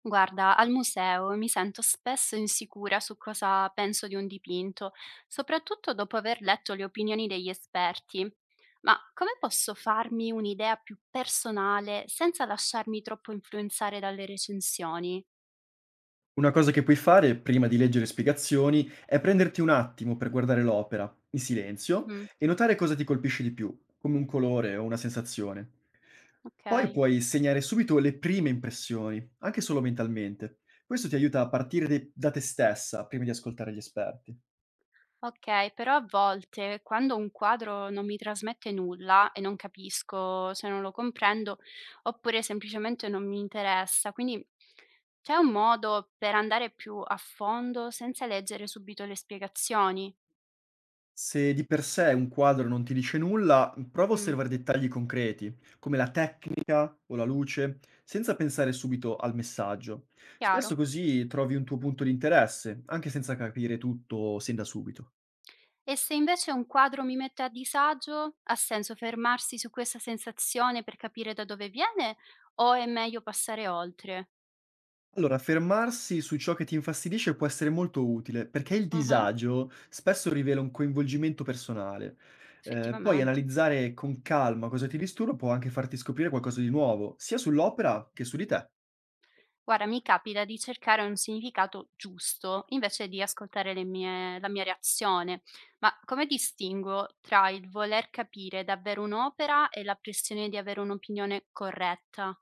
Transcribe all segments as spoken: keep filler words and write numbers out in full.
Guarda, al museo mi sento spesso insicura su cosa penso di un dipinto, soprattutto dopo aver letto le opinioni degli esperti. Ma come posso farmi un'idea più personale senza lasciarmi troppo influenzare dalle recensioni? Una cosa che puoi fare prima di leggere spiegazioni è prenderti un attimo per guardare l'opera in silenzio Mhm, e notare cosa ti colpisce di più, come un colore o una sensazione. Poi ok. puoi segnare subito le prime impressioni, anche solo mentalmente. Questo ti aiuta a partire de- da te stessa prima di ascoltare gli esperti. Okay, però a volte quando un quadro non mi trasmette nulla e non capisco se non lo comprendo, oppure semplicemente non mi interessa, quindi c'è un modo per andare più a fondo senza leggere subito le spiegazioni? Se di per sé un quadro non ti dice nulla, prova a Mh, osservare dettagli concreti, come la tecnica o la luce, senza pensare subito al messaggio. Spesso chiaro. così trovi un tuo punto di interesse, anche senza capire tutto sin da subito. E se invece un quadro mi mette a disagio, ha senso fermarsi su questa sensazione per capire da dove viene o è meglio passare oltre? Allora, fermarsi su ciò che ti infastidisce può essere molto utile, perché il Ah-ah, disagio spesso rivela un coinvolgimento personale. Eh, poi effettivamente. analizzare con calma cosa ti disturba può anche farti scoprire qualcosa di nuovo, sia sull'opera che su di te. Guarda, mi capita di cercare un significato giusto invece di ascoltare le mie- la mia reazione. Ma come distingo tra il voler capire davvero un'opera e la pressione di avere un'opinione corretta?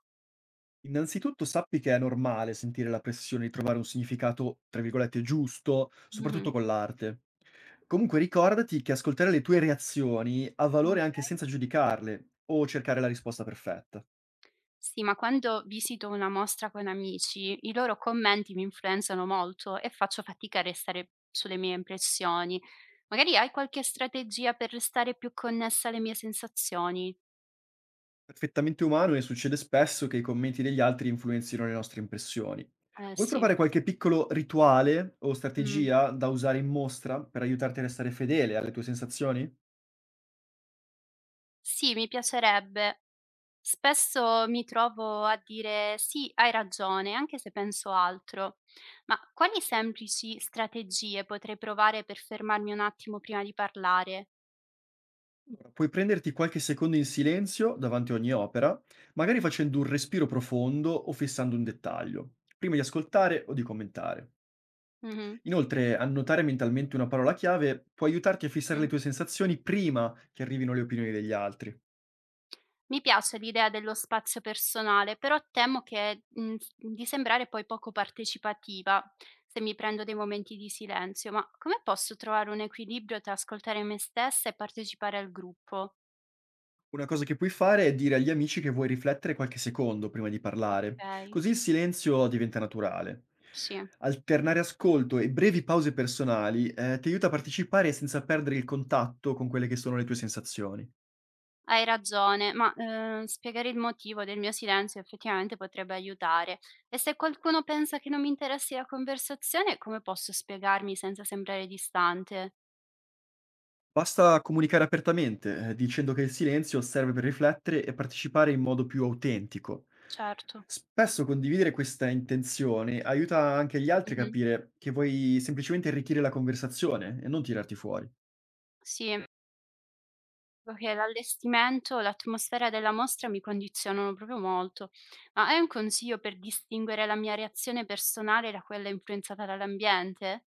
Innanzitutto sappi che è normale sentire la pressione di trovare un significato, tra virgolette, giusto, Mhm, soprattutto con l'arte. Comunque ricordati che ascoltare le tue reazioni ha valore anche ok. senza giudicarle o cercare la risposta perfetta. Sì, ma quando visito una mostra con amici, i loro commenti mi influenzano molto e faccio fatica a restare sulle mie impressioni. Magari hai qualche strategia per restare più connessa alle mie sensazioni? Perfettamente umano e succede spesso che i commenti degli altri influenzino le nostre impressioni. Eh Vuoi sì. provare qualche piccolo rituale o Mm. strategia da usare in mostra per aiutarti a restare fedele alle tue sensazioni? Sì, mi piacerebbe. Spesso mi trovo a dire sì, hai ragione, anche se penso altro. Ma quali semplici strategie potrei provare per fermarmi un attimo prima di parlare? Allora, puoi prenderti qualche secondo in silenzio davanti a ogni opera, magari facendo un respiro profondo o fissando un dettaglio, prima di ascoltare o di commentare. Mhm, Inoltre, annotare mentalmente una parola chiave può aiutarti a fissare le mm. tue sensazioni prima che arrivino le opinioni degli altri. Mi piace l'idea dello spazio personale, però temo che, mm, s- di sembrare poi poco partecipativa se mi prendo dei momenti di silenzio. Ma come posso trovare un equilibrio tra ascoltare me stessa e partecipare al gruppo? Una cosa che puoi fare è dire agli amici che vuoi riflettere qualche secondo prima di Ok, parlare, così il silenzio diventa naturale. sì. Alternare ascolto e brevi pause personali, eh, ti aiuta a partecipare senza perdere il contatto con quelle che sono le tue sensazioni. Hai ragione, ma, ehm, spiegare il motivo del mio silenzio effettivamente potrebbe aiutare. E se qualcuno pensa che non mi interessi la conversazione, come posso spiegarmi senza sembrare distante? Basta comunicare apertamente, eh, dicendo che il silenzio serve per riflettere e partecipare in modo più autentico. Certo. Spesso condividere questa intenzione aiuta anche gli altri a Mh-mh. capire che vuoi semplicemente arricchire la conversazione e non tirarti fuori. Sì, perché l'allestimento, l'atmosfera della mostra mi condizionano proprio molto. Ma hai un consiglio per distinguere la mia reazione personale da quella influenzata dall'ambiente?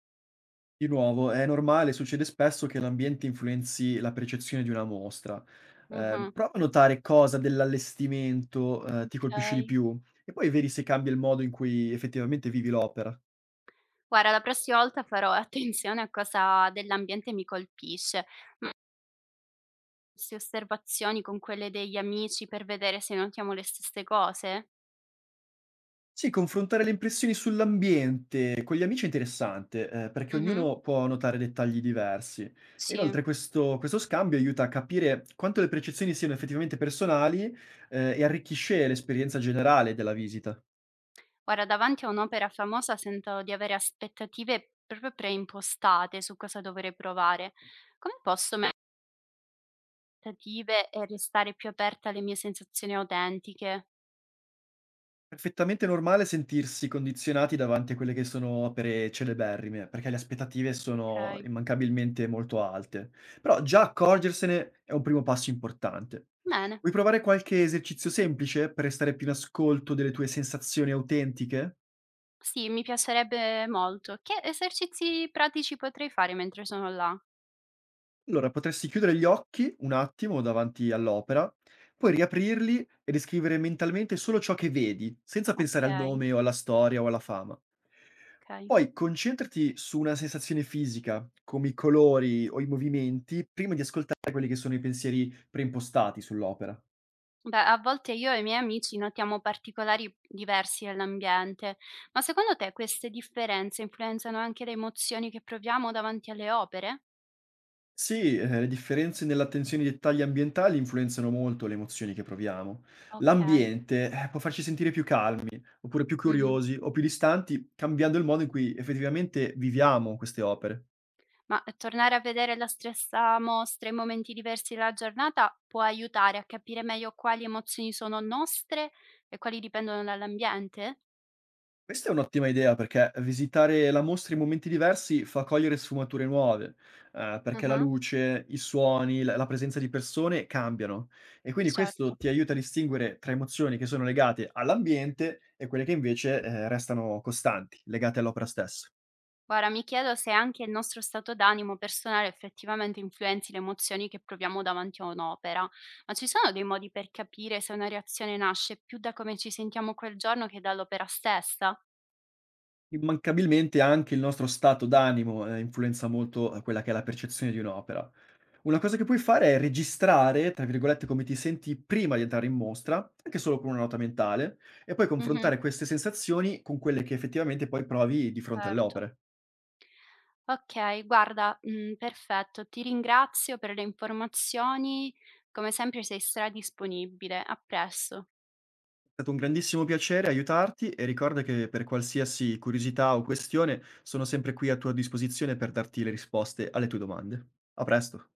Di nuovo, è normale, succede spesso che l'ambiente influenzi la percezione di una mostra. Eh, Mh-mh. prova a notare cosa dell'allestimento, eh, ti colpisce di Okay. più e poi vedi se cambia il modo in cui effettivamente vivi l'opera. Guarda, la prossima volta farò attenzione a cosa dell'ambiente mi colpisce. Queste osservazioni con quelle degli amici per vedere se notiamo le stesse cose? Sì, confrontare le impressioni sull'ambiente con gli amici è interessante, eh, perché Mh-mh. ognuno può notare dettagli diversi. E Sì. inoltre questo, questo scambio aiuta a capire quanto le percezioni siano effettivamente personali, eh, e arricchisce l'esperienza generale della visita. Guarda, davanti a un'opera famosa sento di avere aspettative proprio preimpostate su cosa dovrei provare. Come posso mettere aspettative e restare più aperta alle mie sensazioni autentiche? Perfettamente normale sentirsi condizionati davanti a quelle che sono opere celeberrime, perché le aspettative sono Okay, immancabilmente molto alte. Però già accorgersene è un primo passo importante. bene. Vuoi provare qualche esercizio semplice per restare più in ascolto delle tue sensazioni autentiche? Sì, mi piacerebbe molto. Che esercizi pratici potrei fare mentre sono là? Allora, potresti chiudere gli occhi un attimo davanti all'opera, poi riaprirli e descrivere mentalmente solo ciò che vedi, senza pensare al Okay, nome o alla storia o alla fama. okay. Poi concentrati su una sensazione fisica, come i colori o i movimenti, prima di ascoltare quelli che sono i pensieri preimpostati sull'opera. Beh, a volte io e i miei amici notiamo particolari diversi nell'ambiente, ma secondo te queste differenze influenzano anche le emozioni che proviamo davanti alle opere? Sì, eh, le differenze nell'attenzione ai dettagli ambientali influenzano molto le emozioni che proviamo. Ok, L'ambiente, eh, può farci sentire più calmi, oppure più mhm. curiosi o più distanti, cambiando il modo in cui effettivamente viviamo queste opere. Ma tornare a vedere la stessa mostra in momenti diversi della giornata può aiutare a capire meglio quali emozioni sono nostre e quali dipendono dall'ambiente? Questa è un'ottima idea perché visitare la mostra in momenti diversi fa cogliere sfumature nuove, eh, perché la Ah, luce, i suoni, la la presenza di persone cambiano e quindi questo certo. ti aiuta a distinguere tra emozioni che sono legate all'ambiente e quelle che invece, eh, restano costanti, legate all'opera stessa. Guarda, mi chiedo se anche il nostro stato d'animo personale effettivamente influenzi le emozioni che proviamo davanti a un'opera, ma ci sono dei modi per capire se una reazione nasce più da come ci sentiamo quel giorno che dall'opera stessa? Immancabilmente anche il nostro stato d'animo, eh, influenza molto eh, quella che è la percezione di un'opera. Una cosa che puoi fare è registrare, tra virgolette, come ti senti prima di entrare in mostra, anche solo con una nota mentale, e poi Mhm, confrontare queste sensazioni con quelle che effettivamente poi provi di fronte alle certo. opere. Ok, guarda, mm, perfetto, ti ringrazio per le informazioni, come sempre sei stradisponibile, a presto. È stato un grandissimo piacere aiutarti e ricorda che per qualsiasi curiosità o questione sono sempre qui a tua disposizione per darti le risposte alle tue domande. A presto!